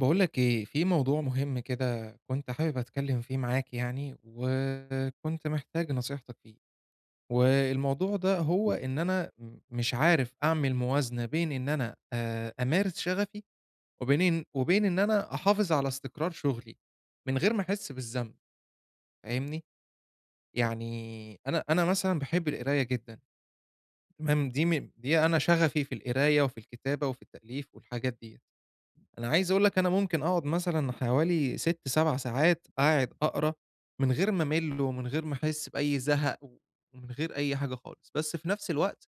باقول لك إيه، في موضوع مهم كده كنت حابب أتكلّم فيه معاك يعني، وكنت محتاج نصيحتك فيه، والموضوع ده هو إمم، إن أنا مش عارف أعمل موازنة بين إن أنا أمارس شغفي وبين إن أنا أحافظ على استقرار شغلي، من غير ما أحس بالذنب. فاهمني؟ يعني أنا مثلًا باحب القراية جدًا. تمام؟ دي أنا شغفي في القراية وفي الكتابة وفي التأليف والحاجات ديّة. أنا عايز أقول لك أنا ممكن أقعد مثلًا حوالي 6، 7 ساعات قاعد أقرا من غير ما أمل، ومن غير ما أحس بأي زهق، ومن غير أي حاجة خالص، بس في نفس الوقت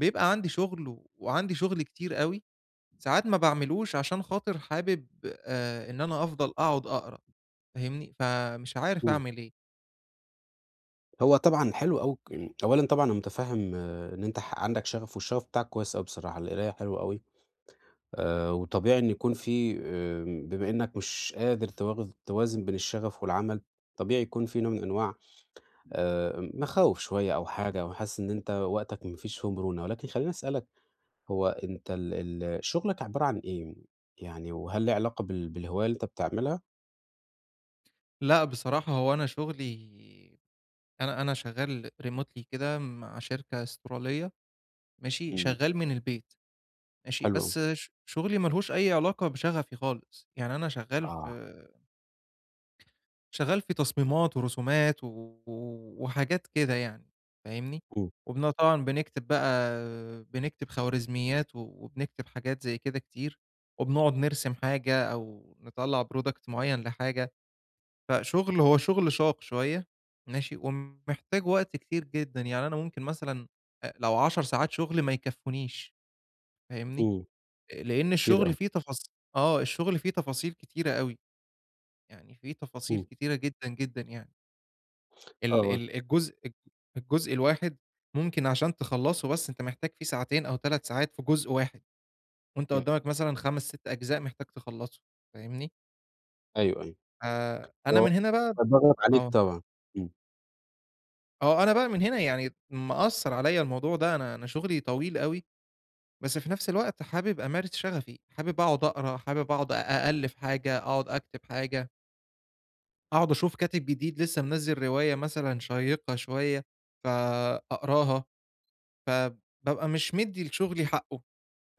بيبقى عندي شغل، وعندي شغل كتير أوي، ساعات ما باعملوش عشان خاطر حابب إن أنا أفضل أقعد أقرا. فاهمني؟ فمش عارف إمم. أعمل إيه. هو طبعًا حلو أوي يعني أولًا طبعًا أنا متفهم إن أنت عندك شغف، والشغف بتاعك كويس أوي بصراحة، القراية حلوة أوي، وطبيعي إن يكون في بما إنك مش قادر توازن بين الشغف والعمل، طبيعي يكون في نوع من أنواع مخاوف شوية أو حاجة، أو حاسس إن أنت وقتك ما فيش فيه مرونة، ولكن خلّيني أسألك هو أنت ال شغلك عبارة عن إيه؟ يعني وهل ليه علاقة بالهواية اللي أنت بتعملها؟ لأ، بصراحة هو أنا شغلي أنا شغال remotely كده مع شركة أسترالية، ماشي، إمم، شغال من البيت. ماشي، حلو أوي، بس شغلي ما لهوش أي علاقة بشغفي خالص، يعني أنا شغّال في آه، تصميمات ورسومات وحاجات كده يعني. فاهمني؟ إمم، طبعًا بنكتب بقى خوارزميات وبنكتب حاجات زي كده كتير، وبنقعد نرسم حاجة أو نطلّع product معيّن لحاجة، فشغل هو شغل شاق شوية، ماشي، ومحتاج وقت كتير جدًا، يعني أنا ممكن مثلًا لو 10 ساعات شغل ما يكفّونيش. فاهمني؟ إمم، لإن كتير الشغل أوي، فيه تفاص آه، الشغل فيه تفاصيل كتيرة أوي، يعني فيه تفاصيل إمم، كتيرة جدًا، جدًا يعني. ال آه، ال الجزء الج الجزء الواحد ممكن عشان تخلّصه بس أنت محتاج فيه ساعتين أو 3 ساعات في جزء واحد، وأنت يع قدّامك مثلًا 5، 6 أجزاء محتاج تخلّصه. فاهمني؟ أيوه، أيوه. آآ أنا هو من هنا بقى فضغط عليك آه، طبعًا. إمم، أنا بقى من هنا يعني مأثّر عليّا الموضوع ده، أنا شغلي طويل أوي، بس في نفس الوقت حابب أمارس شغفي، حابب أقعد أقرا، حابب أقعد أألّف حاجة، أقعد أكتب حاجة. أقعد أشوف كاتب جديد لسه منزّل رواية مثلًا شيّقة شوية، فأقراها، فبابقى مش مدّي لشغلي حقّه.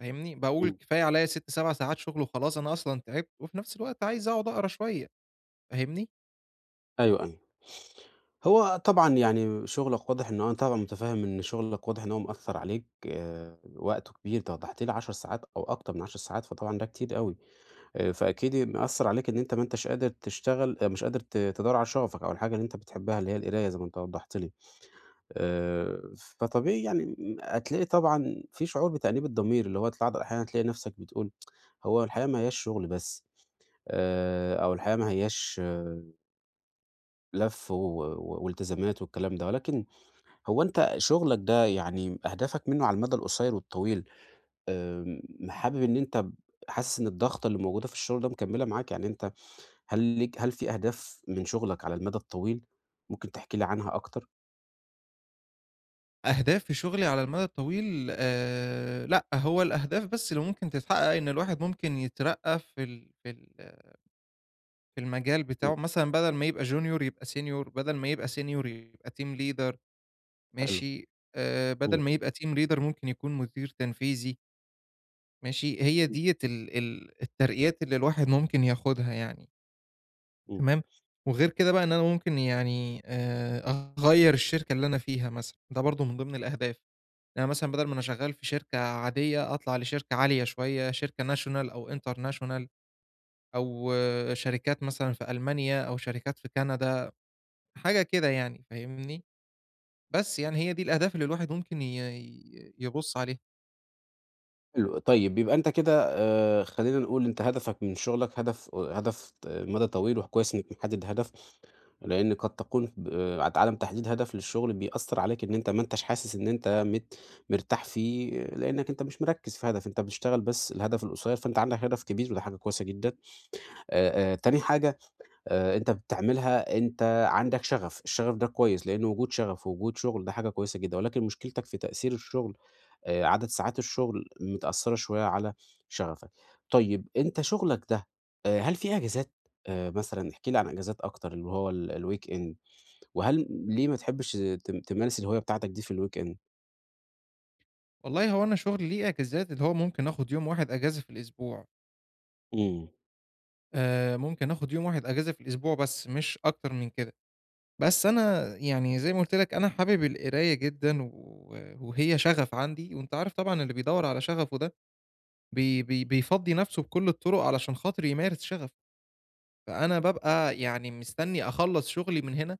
فاهمني؟ باقول إمم. كفاية عليّا 6، 7 ساعات شغل وخلاص أنا أصلًا تعبت، وفي نفس الوقت عايز أقعد أقرا شوية. فاهمني؟ أيوه، أيوه. هو طبعًا يعني شغلك واضح إن هو أنا طبعًا متفهّم إن شغلك واضح إن هو مأثّر عليك وقته كبير، أنت وضّحت لي 10 ساعات أو أكتر من 10 ساعات، فطبعًا ده كتير أوي. فأكيد مأثّر عليك إن أنت ما أنتش قادر تشتغل مش قادر تدوّر على شغفك أو الحاجة اللي أنت بتحبّها اللي هي القراية زي ما أنت وضّحت لي. آآ فطبيعي يعني هتلاقي طبعًا في شعور بتأنيب الضمير، اللي هو أحيانًا تلاقي نَفْسك بتقول هو الحياة ما هياش شغل بس. أو الحياة ما هياش لَف و والتزامات والكلام ده، ولكن هو أنت شغلك ده يعني أهدافك منه على المدى القصير والطويل، آمم، حابب إن أنت حاسس إن الضغطة اللي موجودة في الشغل ده مكمّلة معاك؟ يعني أنت هل ليك هل في أهداف من شغلك على المدى الطويل؟ ممكن تحكي لي عنها أكتر؟ أهداف في شغلي على المدى الطويل لأ، هو الأهداف بس اللي ممكن تتحقق إن الواحد ممكن يترقّى في المجال إمم، بتاعه، مثلًا بدل ما يبقى junior يبقى senior، بدل ما يبقى senior يبقى team leader. حلو، ماشي. بدل إمم، ما يبقى team leader ممكن يكون مدير تنفيذي، ماشي. هي ديّة ال ال الترقيات اللي الواحد ممكن ياخدها يعني، إمم، تمام. وغير كده بقى إن أنا ممكن يعني أغيّر الشركة اللي أنا فيها مثلًا، ده برضه من ضمن الأهداف، إن أنا مثلًا بدل ما أنا شغال في شركة عادية أطلع لشركة عالية شوية، شركة national أو international أو شركات مثلًا في ألمانيا أو شركات في كندا، حاجة كده يعني. فاهمني؟ بس يعني هي دي الأهداف اللي الواحد ممكن ي ي يبُص عليها. حلو، طيب يبقى أنت كده خلّينا نقول أنت هدفك من شغلك هدف مدى طويل وكويس إنك محدد هدف، لإن قد تكون عدم تحديد هدف للشغل بيأثّر عليك إن أنت ما أنتاش حاسس إن أنت مرتاح فيه، لإنّك أنت مش مركّز في هدف، أنت بتشتغل بس الهدف القصيّر، فأنت عندك هدف كبير وده حاجة كويسة جدًا. تاني حاجة أنت بتعملها أنت عندك شغف، الشغف ده كويس، لإن وجود شغف ووجود شغل ده حاجة كويسة جدًا، ولكن مشكلتك في تأثير الشغل، عدد ساعات الشغل متأثّرة شوية على شغفك. طيب أنت شغلك ده هل في إجازات؟ مثلًا احكِ لي عن إجازات أكتر اللي هو الweekend؟ وهل ليه ما تحبش تمارس الهواية بتاعتك دي في الweekend؟ والله هو أنا شغلي ليه أجازات اللي هو ممكن آخُد يوم واحد أجازة في الأسبوع. إمم. ممكن آخُد يوم واحد أجازة في الأسبوع بس مش أكتر من كده. بس أنا يعني زي ما قُلت لك أنا حابب القراية جدًا وهي شغف عندي، وأنت عارف طبعًا اللي بيدوّر على شغفه ده بي بي بيفضّي نَفْسه بكل الطُرق علشان خاطر يمارس شغفه. فأنا بابقى يعني مستنّي أخلّص شغلي من هنا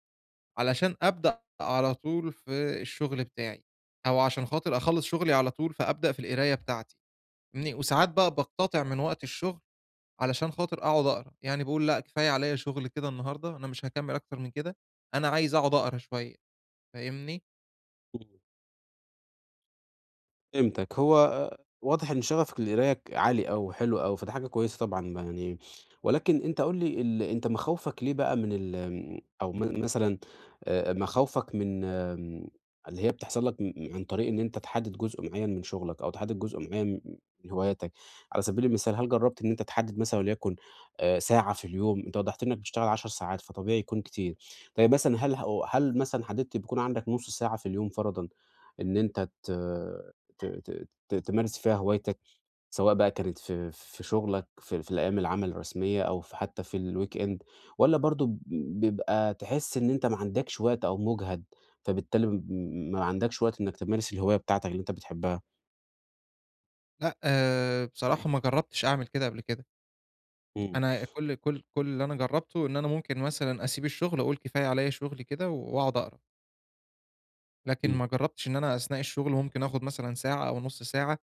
علشان أبدأ على طول في الشغل بتاعي، أو عشان خاطر أخلّص شغلي على طول فأبدأ في القراية بتاعتي. وساعات بقى باقتطع من وقت الشغل علشان خاطر أقعد أقرا، يعني باقول لأ كفاية عليَّ شغل كده النهارده، أنا مش هاكمّل أكتر من كده، أنا عايز أقعد أقرا شوية. فاهمني؟ إمم. فهمتك. هو واضح إن شغفك للقراية عالي أوي وحلو أوي، فدي حاجة كويسة طبعًا بقى يعني. ولكن أنت قُل لي أنت مخاوفك ليه بقى من أو مثلًا مخاوفك من اللي هي بتحصل لك عن طريق إن أنت تحدد جزء معيّن من شغلك أو تحدد جزء معيّن من هواياتك. على سبيل المثال هل جرّبت إن أنت تحدد مثلًا وليكن ساعة في اليوم؟ أنت وضّحت لي إنك بتشتغل 10 ساعات، فطبيعي يكون كتير. طيب مثلًا هل مثلًا حددت بيكون عندك نُص ساعة في اليوم فرضًا إن أنت ت ت ت ت تمارس فيها هوايتك، سواء بقى كانت في في شغلك، في في الأيام العمل الرسمية أو في حتى في الweekend، والّا برضه بيبقى تحس إن أنت ما عندكش وقت أو مُجهَد، فبالتالي ما عندكش وقت إنّك تمارس الهواية بتاعتك اللي أنت بتحبها؟ لأ بصراحة ما جرّبتش أعمل كده قبل كده. إمم، أنا كل اللي أنا جرّبته إن أنا ممكن مثلًا أسيب الشغل أقول كفاية عليَّ شغل كده وأقعد أقرا، لكن إمم. ما جرّبتش إن أنا أثناء الشغل ممكن آخد مثلًا ساعة أو نُص ساعة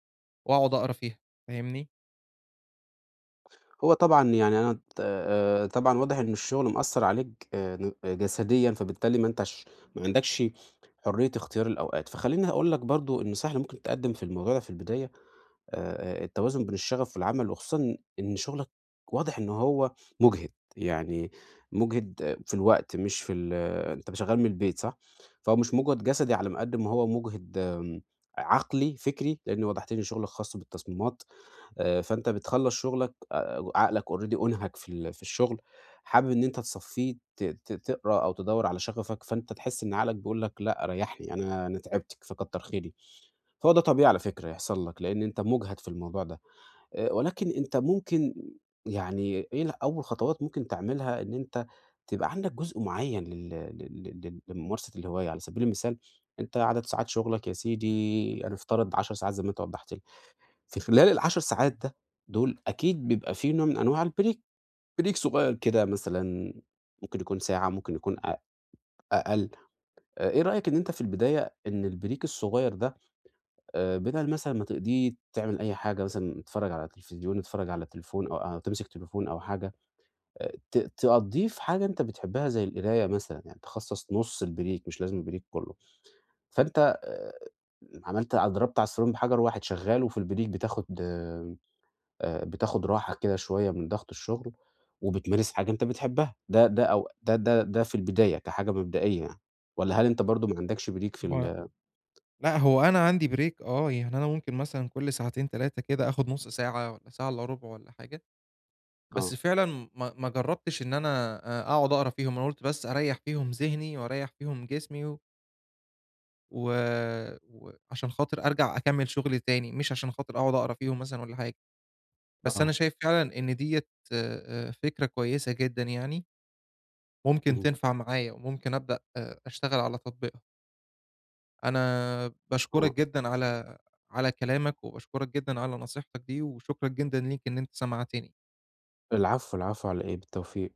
وأقعد أقرا فيها. فاهمني؟ هو طبعًا يعني أنا ت طبعًا واضح إن الشغل مأثّر عليك ن جسديًا، فبالتالي ما أنتش ما عندكش حرية اختيار الأوقات، فخلّيني أقول لك برضه النصيحة اللي ممكن تقدّم في الموضوع ده في البداية، التوازن بين الشغف والعمل، وخصوصًا إن شغلك واضح إن هو مُجهِد، يعني مُجهِد في الوقت مش في أنت شغال من البيت صح؟ فهو مش مُجهد جسدي على ما قد ما هو مُجهِد عقلي، فكري، لإن وضحت لي إن شغلك خاص بالتصميمات، فأنت بتخلّص شغلك، عقلك already أُنهَك في ال في الشغل، حابب إن أنت تصفّيه ت ت تقرا أو تدوّر على شغفك، فأنت تحس إن عقلك بيقول لك لأ ريّحني أنا أنا تعبتِك فكتّر خيرِك. هو ده طبيعي على فكرة يحصل لك، لإن أنت مُجهَد في الموضوع ده، ولكن أنت ممكن يعني إيه أول خطوات ممكن تعملها إن أنت تبقى عندك جزء معيّن لل لل لل لممارسة الهواية، على سبيل المثال أنت عدد ساعات شُغلك يا سيدي هنفترض 10 ساعات زي ما أنت وضّحت لي، في خلال ال10 ساعات ده دول أكيد بيبقى في نوع من أنواع break صغيّر كده مثلًا ممكن يكون ساعة، ممكن يكون أقل، إيه رأيك إن أنت في البداية إن الbreak الصغيّر ده بدل مثلًا ما تقضيه تعمل أي حاجة مثلًا تتفرّج على تلفزيون، تتفرّج على التليفون أو تمسك تليفون أو حاجة، ت تقضيه في حاجة أنت بتحبها زي القراية مثلًا، يعني تخصّص نُص البريك مش لازم البريك كلّه، فأنت عملت ع ضربت عصفورين بحجر واحد، شغّال وفي البريك بتاخد، بتاخد راحة كده شوية من ضغط الشغل، وبتمارس حاجة أنت بتحبها، ده ده أو ده ده ده في البداية كحاجة مبدئية يعني، والّا هل أنت برضه ما عندكش بريك في ال لأ، هو أنا عندي break آه، يعني أنا ممكن مثلًا كل ساعتين 3 كده آخد نُص ساعة والّا ساعة إلا ربع والّا حاجة، بس آه، فعلًا ما جرّبتش إن أنا أقعد أقرا فيهم، أنا قُلت بس أريّح فيهم ذهني وأريّح فيهم جسمي وعشان خاطر أرجع أكمّل شغل تاني، مش عشان خاطر أقعد أقرا فيهم مثلًا والّا حاجة، بس آه، أنا شايف فعلًا إن ديّة فكرة كويسة جدًا يعني، ممكن اهم، تنفع معايا وممكن أبدأ أشتغل على تطبيقها. أنا باشكرك آه. جدًا على كلامك، وباشكرك جدًا على نصيحتك دي، وشكرًا جدًا ليك إن أنت سمعتني. العفو، العفو على إيه؟ بالتوفيق.